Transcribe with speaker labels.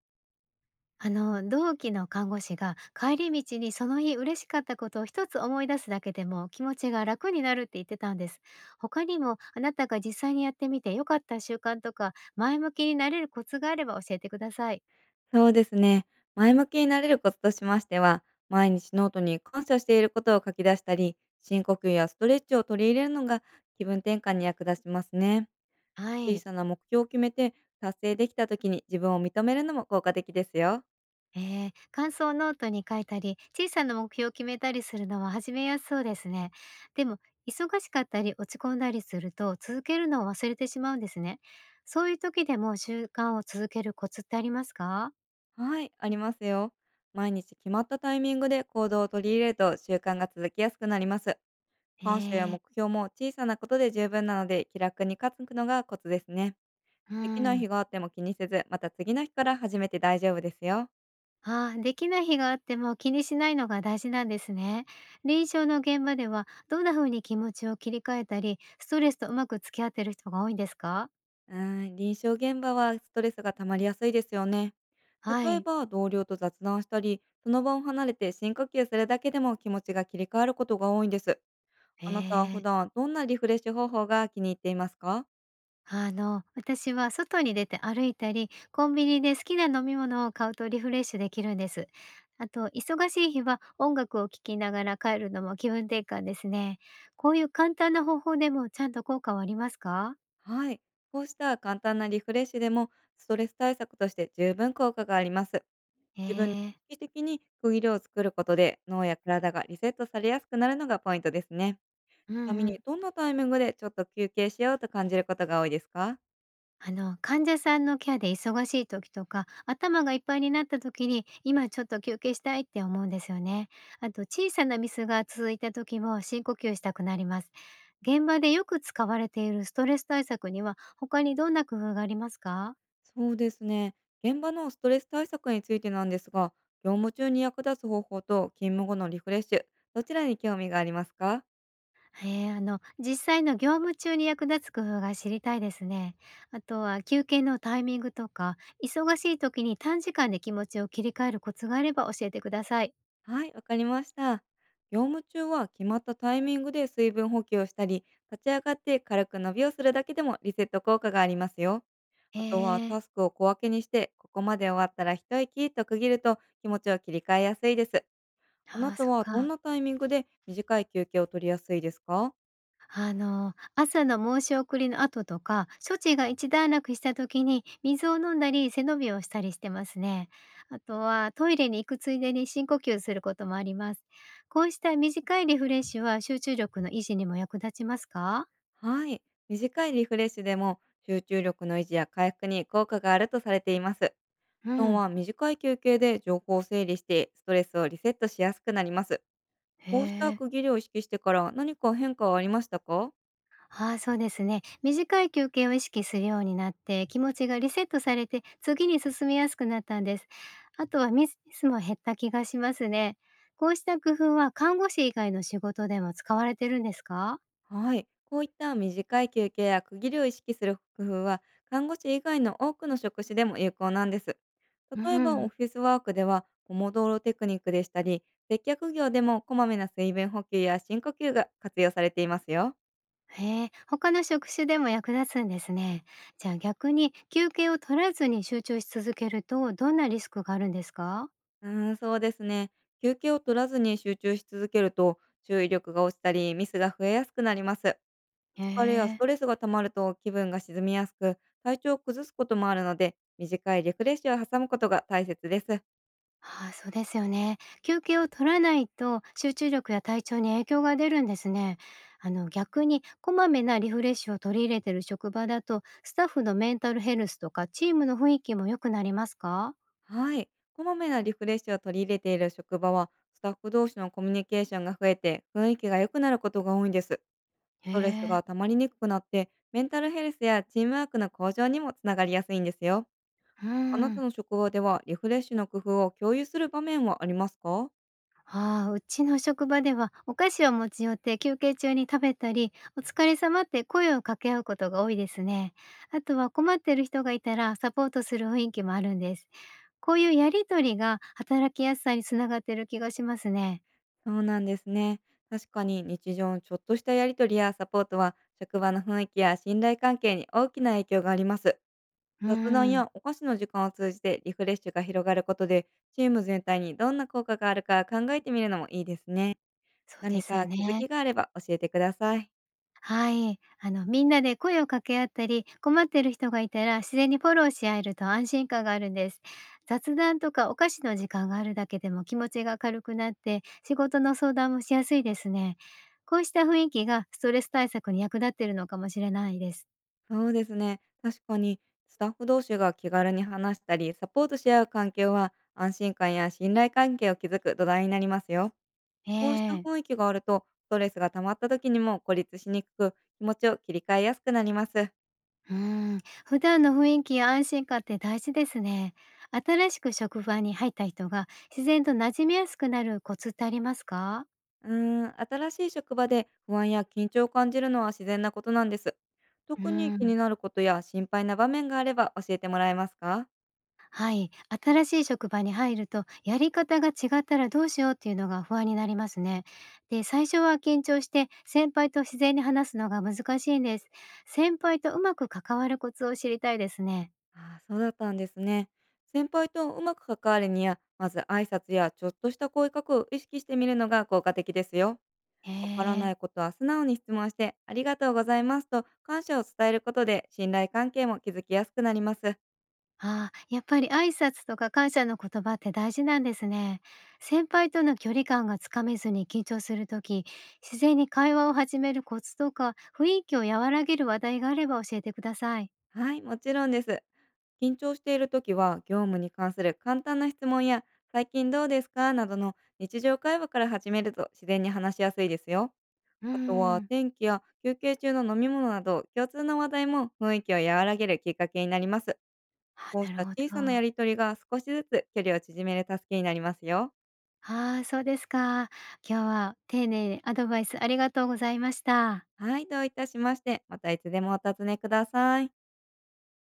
Speaker 1: あの、同期の看護師が帰り道にその日嬉しかったことを一つ思い出すだけでも気持ちが楽になるって言ってたんです。他にもあなたが実際にやってみて良かった習慣とか、前向きになれるコツがあれば教えてください。
Speaker 2: そうですね。前向きになれるコツとしましては、毎日ノートに感謝していることを書き出したり、深呼吸やストレッチを取り入れるのが気分転換に役立ちますね。
Speaker 1: は
Speaker 2: 小
Speaker 1: い。
Speaker 2: さな目標を決めて達成できた時に自分を認めるのも効果的ですよ。
Speaker 1: 感想をノートに書いたり、小さな目標を決めたりするのは始めやすそうですね。でも、忙しかったり落ち込んだりすると続けるのを忘れてしまうんですね。そういう時でも習慣を続けるコツってありますか？
Speaker 2: はい、ありますよ。毎日決まったタイミングで行動を取り入れると習慣が続きやすくなります。
Speaker 1: え
Speaker 2: 感謝や目
Speaker 1: ー
Speaker 2: 標も小さなことで十分なので気楽に勝つのがコツですね。
Speaker 1: う
Speaker 2: できない日
Speaker 1: ん。
Speaker 2: があっても気にせず、また次の日から始めて大丈夫ですよ。
Speaker 1: ああ、できない日があっても気にしないのが大事なんですね。臨床の現場ではどんな風に気持ちを切り替えたり、ストレスとうまく付き合ってる人が多いんですか？
Speaker 2: うーん、臨床現場はストレスが溜まりやすいですよね。
Speaker 1: は
Speaker 2: 例え
Speaker 1: い。
Speaker 2: ば同僚と雑談したり、その場を離れて深呼吸するだけでも気持ちが切り替わることが多いんです。あなたは
Speaker 1: え
Speaker 2: 普
Speaker 1: え。
Speaker 2: 段どんなリフレッシュ方法が気に入っていますか？
Speaker 1: あの、私は外に出て歩いたり、コンビニで好きな飲み物を買うとリフレッシュできるんです。あと、忙しい日は音楽を聴きながら帰るのも気分転換ですね。こういう簡単な方法でもちゃんと効果はありますか？
Speaker 2: はい。こうした簡単なリフレッシュでもストレス対策として十分効果があります。
Speaker 1: え
Speaker 2: 自分で
Speaker 1: え。
Speaker 2: 意識的に区切りを作ることで脳や体がリセットされやすくなるのがポイントですね。
Speaker 1: う
Speaker 2: ちなみ
Speaker 1: んう
Speaker 2: に
Speaker 1: ん。
Speaker 2: どんなタイミングでちょっと休憩しようと感じることが多いですか？
Speaker 1: あの、患者さんのケアで忙しい時とか、頭がいっぱいになった時に、今ちょっと休憩したいって思うんですよね。あと、小さなミスが続いた時も深呼吸したくなります。現場でよく使われているストレス対策には、他にどんな工夫がありますか？
Speaker 2: そうですね。現場のストレス対策についてなんですが、業務中に役立つ方法と勤務後のリフレッシュ、どちらに興味がありますか？
Speaker 1: あの、実際の業務中に役立つ工夫が知りたいですね。あとは、休憩のタイミングとか、忙しい時に短時間で気持ちを切り替えるコツがあれば教えてください。
Speaker 2: はい、わかりました。業務中は決まったタイミングで水分補給をしたり、立ち上がって軽く伸びをするだけでもリセット効果がありますよ。
Speaker 1: え
Speaker 2: あとは
Speaker 1: ー、
Speaker 2: タスクを小分けにして、ここまで終わったら一息と区切ると気持ちを切り替えやすいです。あ
Speaker 1: あ
Speaker 2: な
Speaker 1: あ、
Speaker 2: た
Speaker 1: そっ
Speaker 2: はどん
Speaker 1: か。
Speaker 2: なタイミングで短い休憩を取りやすいですか？
Speaker 1: あの、朝の申し送りの後とか、処置が一段落した時に水を飲んだり背伸びをしたりしてますね。あとは、トイレに行くついでに深呼吸することもあります。こうした短いリフレッシュは集中力の維持にも役立ちますか？
Speaker 2: はい。短いリフレッシュでも集中力の維持や回復に効果があるとされています。
Speaker 1: う
Speaker 2: 脳
Speaker 1: ん。
Speaker 2: は短い休憩で情報を整理してストレスをリセットしやすくなります。
Speaker 1: へ
Speaker 2: こうした
Speaker 1: え。
Speaker 2: 区切りを意識してから何か変化はありましたか？
Speaker 1: ああ、そうですね。短い休憩を意識するようになって、気持ちがリセットされて、次に進みやすくなったんです。あとはミスも減った気がしますね。こうした工夫は看護師以外の仕事でも使われてるんですか？
Speaker 2: はい。こういった短い休憩や区切りを意識する工夫は、看護師以外の多くの職種でも有効なんです。
Speaker 1: う
Speaker 2: 例えばオ
Speaker 1: ん。
Speaker 2: フィスワークでは、ポモドーロテクニックでしたり、接客業でもこまめな水分補給や深呼吸が活用されていますよ。
Speaker 1: へえ、他の職種でも役立つんですね。じゃあ逆に、休憩を取らずに集中し続けると、どんなリスクがあるんですか？
Speaker 2: うーん、そうですね。休憩を取らずに集中し続けると、注意力が落ちたり、ミスが増えやすくなります。
Speaker 1: へ
Speaker 2: 疲れやス
Speaker 1: え。
Speaker 2: トレスが溜まると気分が沈みやすく、体調を崩すこともあるので、短いリフレッシュを挟むことが大切です。
Speaker 1: ああ、そうですよね。休憩を取らないと集中力や体調に影響が出るんですね。あの、逆にこまめなリフレッシュを取り入れてる職場だと、スタッフのメンタルヘルスとかチームの雰囲気も良くなりますか？
Speaker 2: はい。こまめなリフレッシュを取り入れている職場は、スタッフ同士のコミュニケーションが増えて、雰囲気が良くなることが多いんです。ス
Speaker 1: へ
Speaker 2: トレスが
Speaker 1: え。
Speaker 2: 溜まりにくくなって、メンタルヘルスやチームワークの向上にもつながりやすいんですよ。
Speaker 1: う
Speaker 2: あなた
Speaker 1: ん。
Speaker 2: の職場では、リフレッシュの工夫を共有する場面はありますか？
Speaker 1: ああ、うちの職場ではお菓子を持ち寄って休憩中に食べたり、お疲れ様って声を掛け合うことが多いですね。あとは、困ってる人がいたらサポートする雰囲気もあるんです。こういうやりとりが働きやすさにつながってる気がしますね。
Speaker 2: そうなんですね。確かに日常のちょっとしたやりとりやサポートは、職場の雰囲気や信頼関係に大きな影響があります。
Speaker 1: う
Speaker 2: 雑談
Speaker 1: ん、
Speaker 2: やお菓子の時間を通じてリフレッシュが広がることで、チーム全体にどんな効果があるか考えてみるのもいいですね。
Speaker 1: そうで
Speaker 2: 何
Speaker 1: すよ
Speaker 2: か気づ
Speaker 1: ね。
Speaker 2: きがあれば教えてください。
Speaker 1: はい。あの、みんなで声を掛け合ったり、困ってる人がいたら自然にフォローし合えると安心感があるんです。雑談とかお菓子の時間があるだけでも気持ちが軽くなって、仕事の相談もしやすいですね。こうした雰囲気がストレス対策に役立っているのかもしれないです。
Speaker 2: そうですね。確かに、スタッフ同士が気軽に話したり、サポートし合う環境は、安心感や信頼関係を築く土台になりますよ。こうした雰
Speaker 1: ええ。
Speaker 2: 囲気があると、ストレスが溜まった時にも孤立しにくく、気持ちを切り替えやすくなります。
Speaker 1: うん。普段の雰囲気や安心感って大事ですね。新しく職場に入った人が自然と馴染みやすくなるコツってありますか？
Speaker 2: うーん、新しい職場で不安や緊張を感じるのは自然なことなんです。
Speaker 1: う
Speaker 2: 特に気
Speaker 1: ん。
Speaker 2: になることや心配な場面があれば教えてもらえますか？
Speaker 1: はい、新しい職場に入るとやり方が違ったらどうしようっていうのが不安になりますね。で、最初は緊張して先輩と自然に話すのが難しいんです。先輩とうまく関わるコツを知りたいですね。
Speaker 2: ああ、そうだったんですね。先輩とうまく関わるには、まず挨拶やちょっとした声かけを意識してみるのが効果的ですよ。
Speaker 1: へ
Speaker 2: わからな
Speaker 1: え。
Speaker 2: いことは素直に質問して、ありがとうございますと感謝を伝えることで信頼関係も築きやすくなります。
Speaker 1: ああ、やっぱり挨拶とか感謝の言葉って大事なんですね。先輩との距離感がつかめずに緊張するとき、自然に会話を始めるコツとか雰囲気を和らげる話題があれば教えてください。
Speaker 2: はい、もちろんです。緊張しているときは、業務に関する簡単な質問や、最近どうですかなどの日常会話から始めると自然に話しやすいですよ。
Speaker 1: うー
Speaker 2: あとは、
Speaker 1: ん。
Speaker 2: 天気や休憩中の飲み物など、共通の話題も雰囲気を和らげるきっかけになります。
Speaker 1: あ、
Speaker 2: こう
Speaker 1: な
Speaker 2: し
Speaker 1: る
Speaker 2: た
Speaker 1: ほ
Speaker 2: 小さなや
Speaker 1: ど。
Speaker 2: りとりが少しずつ距離を縮める助けになりますよ。
Speaker 1: ああ、そうですか。今日は丁寧にアドバイスありがとうございました。
Speaker 2: はい、どういたしまして、またいつでもお尋ねください。